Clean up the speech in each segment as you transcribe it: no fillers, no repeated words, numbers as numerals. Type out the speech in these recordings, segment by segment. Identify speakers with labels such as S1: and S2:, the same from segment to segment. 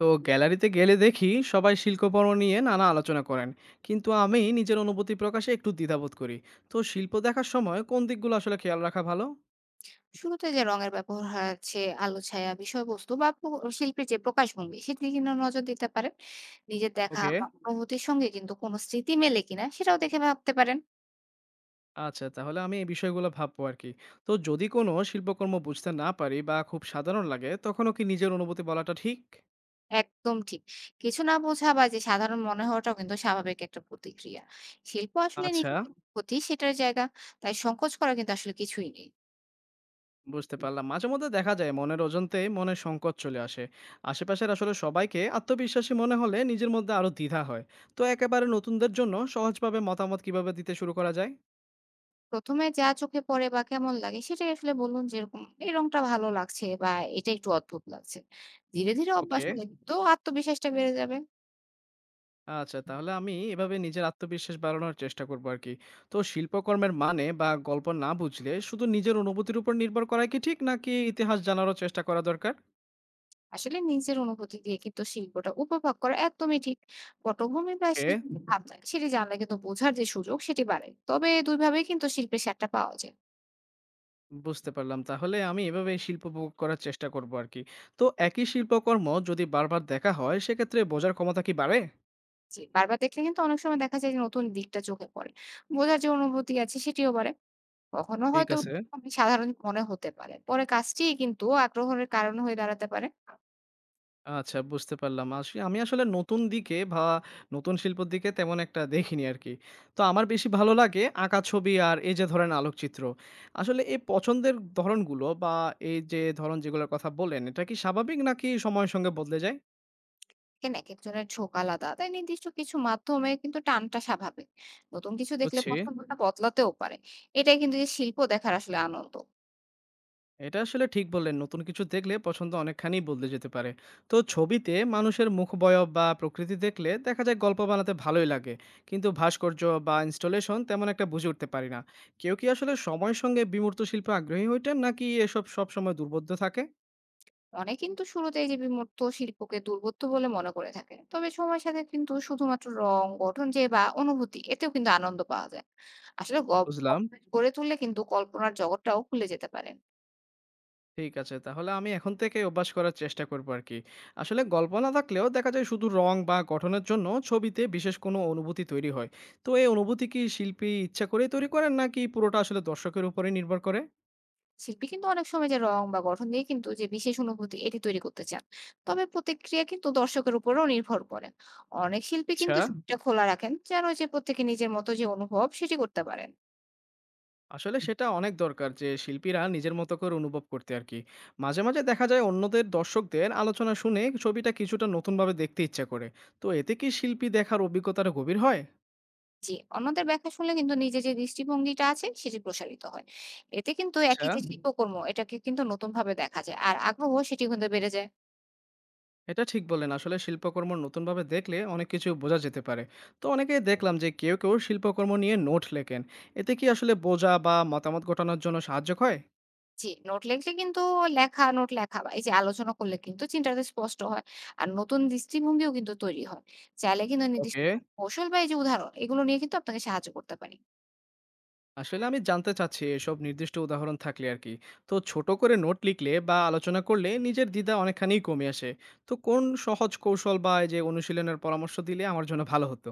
S1: তো গ্যালারিতে গেলে দেখি সবাই শিল্পকর্ম নিয়ে নানা আলোচনা করেন, কিন্তু আমি নিজের অনুভূতি প্রকাশে একটু দ্বিধাবোধ করি। তো শিল্প দেখার সময় কোন দিকগুলো আসলে খেয়াল রাখা ভালো?
S2: শুরুতে যে রঙের ব্যবহার আছে, আলো ছায়া, বিষয়বস্তু বা শিল্পীর যে প্রকাশভঙ্গি সেদিকে কিন্তু নজর দিতে পারেন। নিজের দেখা
S1: ওকে,
S2: বা অনুভূতির সঙ্গে কিন্তু কোনো স্মৃতি মেলে কিনা সেটাও দেখে ভাবতে পারেন।
S1: আচ্ছা তাহলে আমি এই বিষয়গুলো ভাববো আর কি। তো যদি কোনো শিল্পকর্ম বুঝতে না পারি বা খুব সাধারণ লাগে, তখনও কি নিজের অনুভূতি বলাটা ঠিক?
S2: একদম ঠিক। কিছু না বোঝা বা যে সাধারণ মনে হওয়াটাও কিন্তু স্বাভাবিক একটা প্রতিক্রিয়া। শিল্প আসলে
S1: আচ্ছা,
S2: নিজের যে অনুভূতি সেটার জায়গা। তাই সংকোচ করা কিন্তু আসলে কিছুই নেই।
S1: বুঝতে পারলাম। মাঝেমধ্যে দেখা যায় মনের অজান্তেই মনে সংকট চলে আসে। আশেপাশের আসলে সবাইকে আত্মবিশ্বাসী মনে হলে নিজের মধ্যে আরো দ্বিধা হয়। তো একেবারে নতুনদের জন্য সহজভাবে মতামত কিভাবে দিতে শুরু করা যায়?
S2: ১ম এ যা চোখে পড়ে বা কেমন লাগে সেটাই আসলে বলুন, যেরকম এই রংটা ভালো লাগছে বা এটা একটু অদ্ভুত লাগছে। ধীরে অভ্যাস
S1: ওকে।
S2: হলে কিন্তু আত্মবিশ্বাসটা বেড়ে যাবে।
S1: আচ্ছা তাহলে আমি এভাবে নিজের আত্মবিশ্বাস বাড়ানোর চেষ্টা করব আরকি। তো শিল্পকর্মের মানে বা গল্প না বুঝলে শুধু নিজের অনুভূতির উপর নির্ভর করাই কি ঠিক, নাকি ইতিহাস জানারও চেষ্টা করা দরকার?
S2: আসলে নিজের অনুভূতি দিয়ে কিন্তু শিল্পটা উপভোগ করা একদমই ঠিক। পটভূমি বা
S1: ওকে।
S2: শিল্পী যে ভাবনা সেটি জানলে কিন্তু বোঝার যে সুযোগ সেটি বাড়ে। তবে ২ ভাবেই কিন্তু শিল্পের স্বাদটা পাওয়া যায়।
S1: বুঝতে পারলাম। তাহলে আমি এভাবে শিল্প উপভোগ করার চেষ্টা করব আরকি। তো একই শিল্পকর্ম যদি বারবার দেখা হয়, সেক্ষেত্রে বোঝার ক্ষমতা কি বাড়ে?
S2: জি, বারবার দেখলে কিন্তু অনেক সময় দেখা যায় যে নতুন দিকটা চোখে পড়ে। বোঝার যে অনুভূতি আছে সেটিও বাড়ে। কখনো
S1: ঠিক
S2: হয়তো
S1: আছে।
S2: খুবই সাধারণ মনে হতে পারে। পরে কাজটিই কিন্তু আগ্রহের কারণ হয়ে দাঁড়াতে পারে।
S1: আচ্ছা, বুঝতে পারলাম। আমি আসলে নতুন দিকে বা নতুন শিল্পর দিকে তেমন একটা দেখিনি আরকি। তো আমার বেশি ভালো লাগে আঁকা ছবি আর এই যে ধরেন আলোকচিত্র। আসলে এই পছন্দের ধরনগুলো বা এই যে ধরন যেগুলোর কথা বললেন, এটা কি স্বাভাবিক নাকি সময়ের সঙ্গে বদলে যায়?
S2: একেকজনের ঝোঁক আলাদা। তাই নির্দিষ্ট কিছু মাধ্যমে কিন্তু টানটা স্বাভাবিক। নতুন কিছু দেখলে
S1: বুঝছি।
S2: পছন্দটা বদলাতেও পারে। এটাই কিন্তু যে শিল্প দেখার আসলে আনন্দ।
S1: এটা আসলে ঠিক বললেন। নতুন কিছু দেখলে পছন্দ অনেকখানি বদলে যেতে পারে। তো ছবিতে মানুষের মুখবয়ব বা প্রকৃতি দেখলে দেখা যায় গল্প বানাতে ভালোই লাগে। কিন্তু ভাস্কর্য বা ইনস্টলেশন তেমন একটা বুঝে উঠতে পারি না। কেউ কি আসলে সময়ের সঙ্গে বিমূর্ত শিল্পে আগ্রহী হয়ে ওঠেন, নাকি এসব সবসময় দুর্বোধ্য থাকে?
S2: অনেকে কিন্তু শুরুতে এই যে বিমূর্ত শিল্পকে দুর্বোধ্য বলে মনে করে থাকে, তবে সময়ের সাথে কিন্তু শুধুমাত্র রং, গঠন যে বা অনুভূতি এতেও কিন্তু আনন্দ পাওয়া যায়। আসলে
S1: বুঝলাম।
S2: অভ্যাস গড়ে তুললে কিন্তু কল্পনার জগৎটাও খুলে যেতে পারেন।
S1: ঠিক আছে। তাহলে আমি এখন থেকেই অভ্যাস করার চেষ্টা করব আরকি। আসলে গল্প না থাকলেও দেখা যায় শুধু রং বা গঠনের জন্য ছবিতে বিশেষ কোনো অনুভূতি তৈরি হয়। তো এই অনুভূতি কি শিল্পী ইচ্ছা করেই তৈরি করেন, নাকি পুরোটা আসলে দর্শকের উপরেই নির্ভর করে?
S2: শিল্পী কিন্তু অনেক সময় যে রং বা গঠন দিয়ে কিন্তু যে বিশেষ অনুভূতি এটি তৈরি করতে চান, তবে প্রতিক্রিয়া কিন্তু দর্শকের উপরেও নির্ভর করে। অনেক শিল্পী
S1: আচ্ছা,
S2: কিন্তু ছবিটা খোলা রাখেন যেন যে প্রত্যেকে নিজের মতো যে অনুভব সেটি করতে পারেন।
S1: আসলে সেটা অনেক দরকার যে শিল্পীরা নিজের মতো করে অনুভব করতে আরকি। মাঝে মাঝে দেখা যায় অন্যদের দর্শকদের আলোচনা শুনে ছবিটা কিছুটা নতুনভাবে দেখতে ইচ্ছা করে। তো এতে কি শিল্পী দেখার অভিজ্ঞতাটা গভীর হয়?
S2: জি, অন্যদের ব্যাখ্যা শুনলে কিন্তু নিজের যে দৃষ্টিভঙ্গিটা আছে সেটি প্রসারিত হয়। এতে কিন্তু একই
S1: আচ্ছা।
S2: যে শিল্পকর্ম এটাকে কিন্তু নতুনভাবে দেখা যায়। আর আগ্রহ সেটি কিন্তু বেড়ে যায়।
S1: এটা ঠিক বললেন। আসলে শিল্পকর্ম নতুনভাবে দেখলে অনেক কিছু বোঝা যেতে পারে। তো অনেকেই দেখলাম যে কেউ কেউ শিল্পকর্ম নিয়ে নোট লেখেন। এতে কি আসলে বোঝা বা মতামত গঠনের জন্য সাহায্য হয়?
S2: জি, নোট লিখলে কিন্তু নোট লেখা বা এই যে আলোচনা করলে কিন্তু চিন্তাটা স্পষ্ট হয়। আর নতুন দৃষ্টিভঙ্গিও কিন্তু তৈরি হয়। চাইলে কিন্তু নির্দিষ্ট
S1: ওকে।
S2: কৌশল বা এই যে উদাহরণ এগুলো নিয়ে কিন্তু আপনাকে সাহায্য করতে পারি।
S1: আসলে আমি জানতে চাচ্ছি এসব নির্দিষ্ট উদাহরণ থাকলে আরকি। তো ছোট করে নোট লিখলে বা আলোচনা করলে নিজের দ্বিধা অনেকখানি কমে আসে। তো কোন সহজ কৌশল বা এই যে অনুশীলনের পরামর্শ দিলে আমার জন্য ভালো হতো?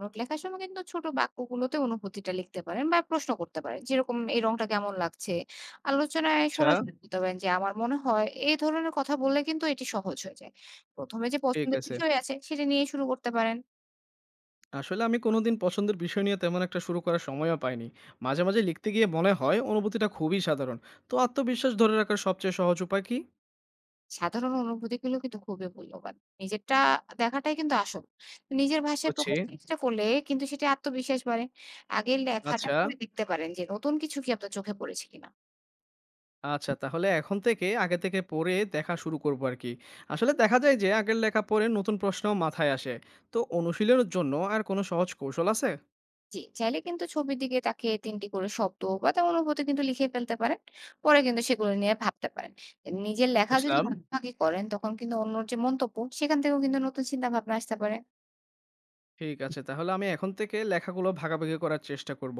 S2: নোট লেখার সময় কিন্তু ছোট বাক্যগুলোতে অনুভূতিটা লিখতে পারেন বা প্রশ্ন করতে পারেন, যেরকম এই রংটা কেমন লাগছে। আলোচনায়
S1: আচ্ছা।
S2: সরাসরি বলতে পারেন যে আমার মনে হয় এই ধরনের কথা বললে কিন্তু এটি সহজ হয়ে যায়। প্রথমে যে
S1: ঠিক
S2: পছন্দের
S1: আছে।
S2: বিষয় আছে সেটা নিয়ে শুরু করতে পারেন।
S1: আসলে আমি কোনোদিন পছন্দের বিষয় নিয়ে তেমন একটা শুরু করার সময়ও পাইনি। মাঝে মাঝে লিখতে গিয়ে মনে হয় অনুভূতিটা খুবই সাধারণ। তো আত্মবিশ্বাস ধরে রাখার সবচেয়ে সহজ উপায় কি?
S2: সাধারণ অনুভূতিগুলো কিন্তু খুবই মূল্যবান। নিজেরটা দেখাটাই কিন্তু আসল। নিজের ভাষায়
S1: বুঝছি।
S2: প্রকাশ চেষ্টা করলে কিন্তু সেটা আত্মবিশ্বাস বাড়ে। আগে লেখাটা
S1: আচ্ছা,
S2: পড়ে দেখতে পারেন যে নতুন কিছু কি আপনার চোখে পড়েছে কিনা।
S1: আচ্ছা তাহলে এখন থেকে আগে থেকে পড়ে দেখা শুরু করব আরকি। আসলে দেখা যায় যে আগের লেখা পড়ে নতুন প্রশ্নও মাথায় আসে। তো অনুশীলনের জন্য আর কোনো সহজ কৌশল আছে?
S2: জি, চাইলে কিন্তু ছবির দিকে তাকিয়ে ৩ টি করে শব্দ বা তার অনুভূতি কিন্তু লিখে ফেলতে পারেন। পরে কিন্তু সেগুলো নিয়ে ভাবতে পারেন। নিজের লেখা যদি
S1: বুঝলাম।
S2: ভাগাভাগি করেন, তখন কিন্তু অন্যর যে মন্তব্য সেখান থেকেও কিন্তু নতুন চিন্তা ভাবনা আসতে পারে।
S1: ঠিক আছে। তাহলে আমি এখন থেকে লেখাগুলো ভাগাভাগি করার চেষ্টা করব।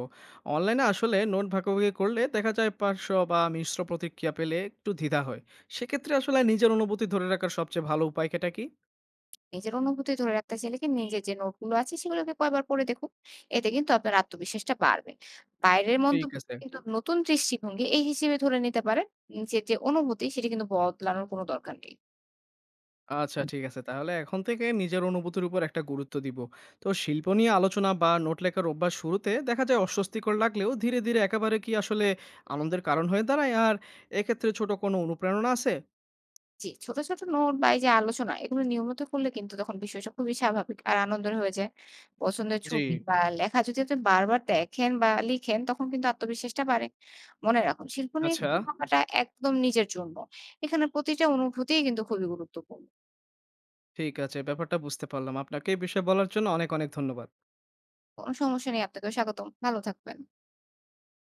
S1: অনলাইনে আসলে নোট ভাগাভাগি করলে দেখা যায় পার্শ্ব বা মিশ্র প্রতিক্রিয়া পেলে একটু দ্বিধা হয়। সেক্ষেত্রে আসলে নিজের অনুভূতি ধরে রাখার সবচেয়ে ভালো উপায় কেটা কি?
S2: নিজের অনুভূতি ধরে রাখতে চাইলে কি নিজের যে নোটগুলো আছে সেগুলোকে কয়েকবার পড়ে দেখুন। এতে কিন্তু আপনার আত্মবিশ্বাসটা বাড়বে। বাইরের
S1: ঠিক
S2: মন্তব্য
S1: আছে।
S2: কিন্তু নতুন দৃষ্টিভঙ্গি এই হিসেবে ধরে নিতে পারেন। নিজের যে অনুভূতি সেটি কিন্তু বদলানোর কোনো দরকার নেই।
S1: আচ্ছা ঠিক আছে। তাহলে এখন থেকে নিজের অনুভূতির উপর একটা গুরুত্ব দিব। তো শিল্প নিয়ে আলোচনা বা নোট লেখার অভ্যাস শুরুতে দেখা যায় অস্বস্তিকর লাগলেও ধীরে ধীরে একেবারে কি আসলে আনন্দের কারণ হয়ে দাঁড়ায়? আর এক্ষেত্রে ছোট কোনো অনুপ্রেরণা আছে?
S2: জি, ছোট নোট বা এই যে আলোচনা এগুলো নিয়মিত করলে কিন্তু তখন বিষয়টা খুবই স্বাভাবিক আর আনন্দের হয়ে যায়। পছন্দের
S1: জি,
S2: ছবি বা লেখা যদি আপনি বারবার দেখেন বা লিখেন তখন কিন্তু আত্মবিশ্বাসটা বাড়ে। মনে রাখুন, শিল্প নিয়ে
S1: আচ্ছা।
S2: কিন্তু ভাবাটা একদম নিজের জন্য। এখানে প্রতিটা অনুভূতিই কিন্তু খুবই গুরুত্বপূর্ণ।
S1: ঠিক আছে, ব্যাপারটা বুঝতে পারলাম। আপনাকে এই বিষয়ে বলার জন্য অনেক অনেক ধন্যবাদ।
S2: কোনো সমস্যা নেই, আপনাকেও স্বাগতম। ভালো থাকবেন।